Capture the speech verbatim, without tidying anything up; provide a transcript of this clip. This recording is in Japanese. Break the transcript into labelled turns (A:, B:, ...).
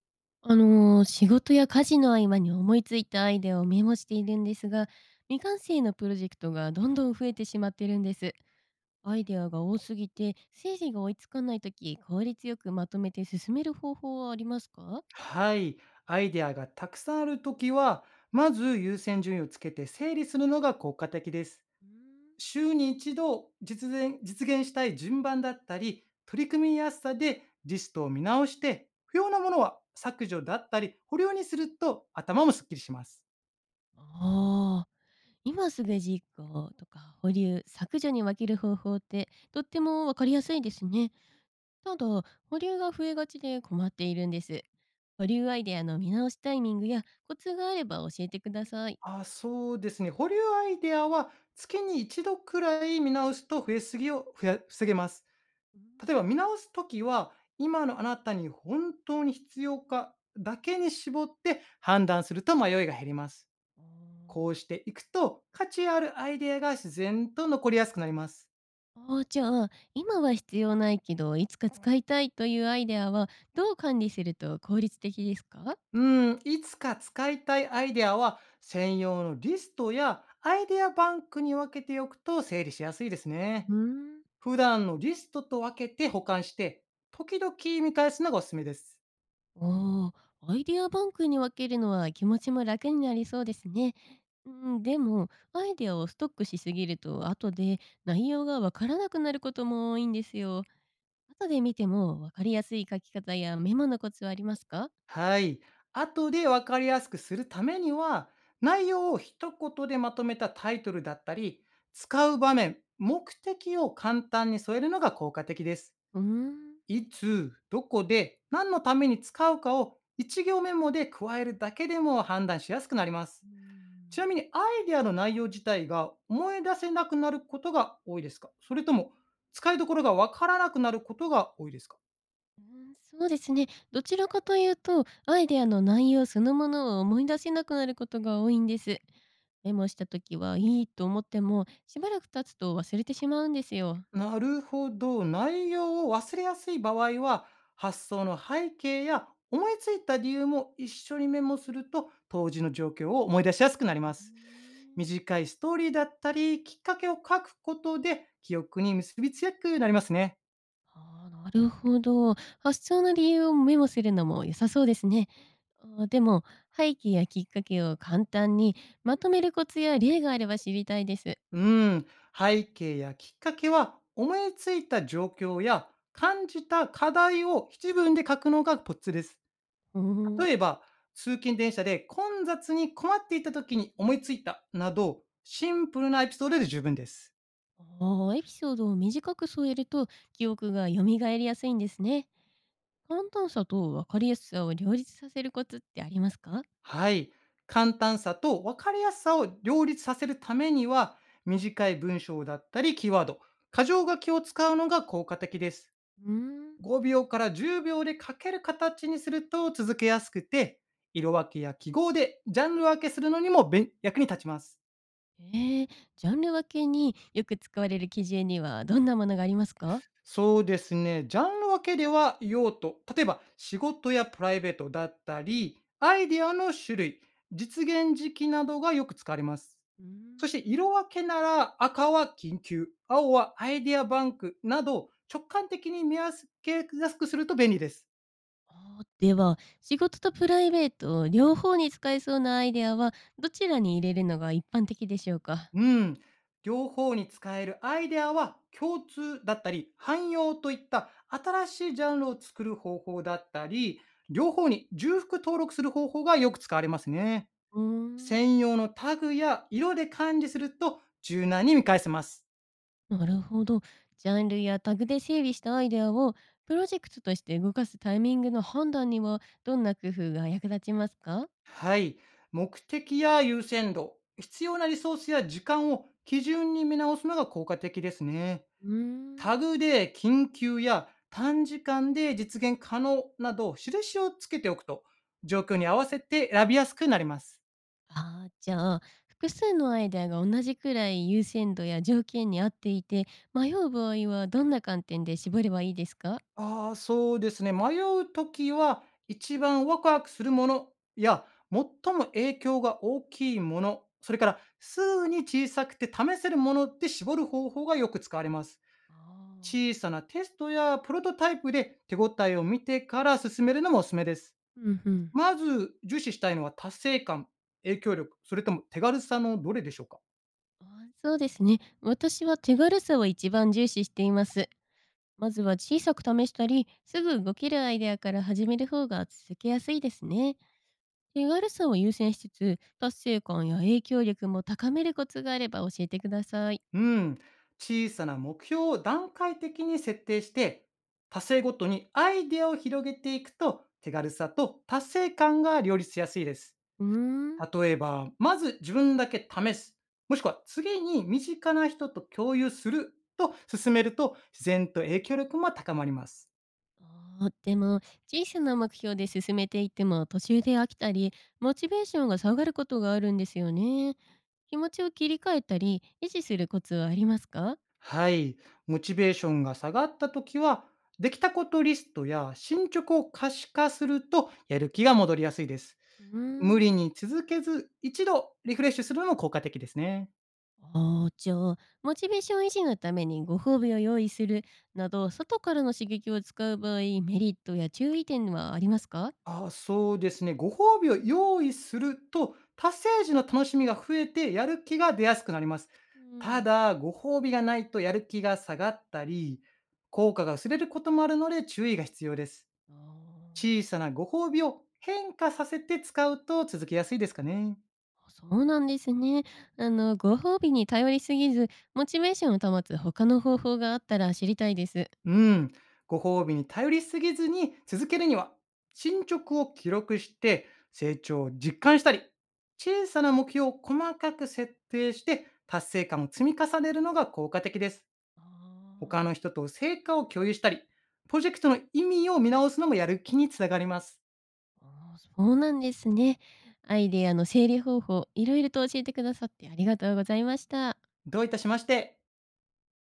A: あのー仕事や家事の合間に思いついたアイデアをメモしているんですが、未完成のプロジェクトがどんどん増えてしまってるんです。アイデアが多すぎて整理が追いつかないとき、効率よくまとめて進める方法はありますか？
B: はい。アイデアがたくさんあるときは、まず優先順位をつけて整理するのが効果的です。
A: うーん。
B: 週に一度実現実現したい順番だったり、取り組みやすさでリストを見直して、不要なものは削除だったり、保留にすると頭もすっきりします。
A: ああー。今すぐ実行とか保留削除に分ける方法ってとっても分かりやすいですね。ただ、保留が増えがちで困っているんです。保留アイデアの見直しタイミングやコツがあれば教えてください。
B: あ、そうですね。保留アイデアは月に一度くらい見直すと増えすぎをふや防げます。例えば見直すときは、今のあなたに本当に必要かだけに絞って判断すると迷いが減ります。
A: あ
B: こう
A: あ。
B: していくと、価値あるアイデアが自然と残りやすくなります。
A: じゃあ、今は必要ないけど、いつか使いたいというアイデアは、どう管理すると効率的ですか？
B: うん、いつか使いたいアイデアは専用のリストやアイデアバンクに分けておくと整理しやすいです
A: う
B: ね。
A: ーん。
B: 普段のリストと分けて保管して、時々見返すのがおすすめです。
A: おー。アイデアバンクに分けるのは気持ちも楽になりそうですね。うん、でも、アイデアをストックしすぎると、後で内容がわからなくなることも多いんですよ。後で見てもわかりやすい書き方やメモのコツはありますか？
B: はい。後で分かりやすくするためには、内容を一言でまとめたタイトルだったり、使う場面、目的を簡単に添えるのが効果的です。
A: うーん。
B: いつ、どこで、何のために使うかを一行メモで加えるだけでも判断しやすくなります。
A: うー
B: ち
A: ん。
B: なみにアイデアの内容自体が思い出せなくなることが多いですか？それとも使いどころが分からなくなることが多いですか？
A: うーん、そうですね。どちらかというと、アイデアの内容そのものを思い出せなくなることが多いんです。メモした時はいいと思っても、しばらく経つと忘れてしまうんですよ。
B: なるほど。内容を忘れやすい場合は、発想の背景や思いついた理由も一緒にメモすると、当時の状況を思い出しやすくなり
A: へ
B: ま
A: ー。
B: す。短いストーリーだったり、きっかけを書くことで、記憶に結びつきやすくなりますね。
A: あー、なるほど。発想の理由をメモするのも良さそうですね。あーでも、背景やきっかけを簡単にまとめるコツや例があれば知りたいです。
B: うん。背景やきっかけは、思いついた状況や感じた課題を一文で書くのがコツです。
A: うーん。
B: 例えば、通勤電車で混雑に困っていた時に思いついたなど、シンプルなエピソードで十分です。
A: あーエピソードを短く添えると記憶が蘇りやすいんですね。簡単さと分かりやすさを両立させるコツってありますか？
B: はい。簡単さと分かりやすさを両立させるためには、短い文章だったりキーワード、箇条書きを使うのが効果的です。
A: うーん。
B: ごびょうからじゅうびょうで書ける形にすると続けやすくて、色分けや記号でジャンル分けするのにも便役に立ちます。
A: ええ、ジャンル分けによく使われる基準にはどんなものがありますか？
B: そうですね。ジャンル分けでは用途、例えば仕事やプライベートだったり、アイデアの種類、実現時期などがよく使われます。
A: うー
B: そして
A: ん。
B: 色分けなら赤は緊急、青はアイデアバンクなど直感的に見分けやすくすると便利です。
A: あーでは、仕事とプライベート両方に使えそうなアイデアはどちらに入れるのが一般的でしょうか？
B: うん。両方に使えるアイデアは共通だったり、汎用といった新しいジャンルを作る方法だったり、両方に重複登録する方法がよく使われますね。
A: うーん。
B: 専用のタグや色で管理すると柔軟に見返せます。
A: なるほど。ジャンルやタグで整理したアイデアをプロジェクトとして動かすタイミングの判断にはどんな工夫が役立ちますか？
B: はい。目的や優先度、必要なリソースや時間を基準に見直すのが効果的ですね。
A: うーん。
B: タグで緊急や短時間で実現可能など印をつけておくと状況に合わせて選びやすくなります。
A: ああ、じゃあ、複数のアイデアが同じくらい優先度や条件に合っていて、迷う場合はどんな観点で絞ればいいですか？
B: ああ、そうですね。迷う時は、一番ワクワクするものや、最も影響が大きいもの、それからすぐに小さくて試せるもので絞る方法がよく使われます。
A: ああ、
B: 小さなテストやプロトタイプで手応えを見てから進めるのもおすすめです。
A: うんうん。
B: まず重視したいのは達成感、影響力、それとも手軽さのどれでしょうか？
A: あー、そうですね。私は手軽さを一番重視しています。まずは小さく試したり、すぐ動けるアイデアから始める方が続けやすいですね。手軽さを優先しつつ、達成感や影響力も高めるコツがあれば教えてください。
B: うん、小さな目標を段階的に設定して、達成ごとにアイデアを広げていくと、手軽さと達成感が両立しやすいです。
A: うーん。
B: 例えば、まず自分だけ試す、もしくは次に身近な人と共有すると進めると、自然と影響力も高まります。
A: あーでも、小さな目標で進めていっても途中で飽きたり、モチベーションが下がることがあるんですよね。気持ちを切り替えたり、維持するコツはありますか？
B: はい、モチベーションが下がった時は、できたことリストや進捗を可視化すると、やる気が戻りやすいです。
A: うー
B: 無
A: ん。
B: 理に続けず、一度リフレッシュするのも効果的ですね。
A: あーじゃあ、モチベーション維持のためにご褒美を用意するなど、外からの刺激を使う場合、メリットや注意点はありますか？
B: ああ、そうですね。ご褒美を用意すると、達成時の楽しみが増えて、やる気が出やすくなります。
A: う
B: た
A: ん。
B: だ、ご褒美がないとやる気が下がったり、効果が薄れることもあるので注意が必要です。
A: あ
B: 小さなご褒美を変化させて使うと続けやすいですかね。
A: あ、そうなんですね。あの、ご褒美に頼りすぎず、モチベーションを保つ他の方法があったら知りたいです。
B: うん、ご褒美に頼りすぎずに続けるには、進捗を記録して成長を実感したり、小さな目標を細かく設定して達成感を積み重ねるのが効果的です。他
A: あ
B: の人と成果を共有したり、プロジェクトの意味を見直すのもやる気につながります。
A: ーあー、あ、そうなんですね。アイデアの整理方法、いろいろと教えてくださってありがとうございました。
B: どういたしまして。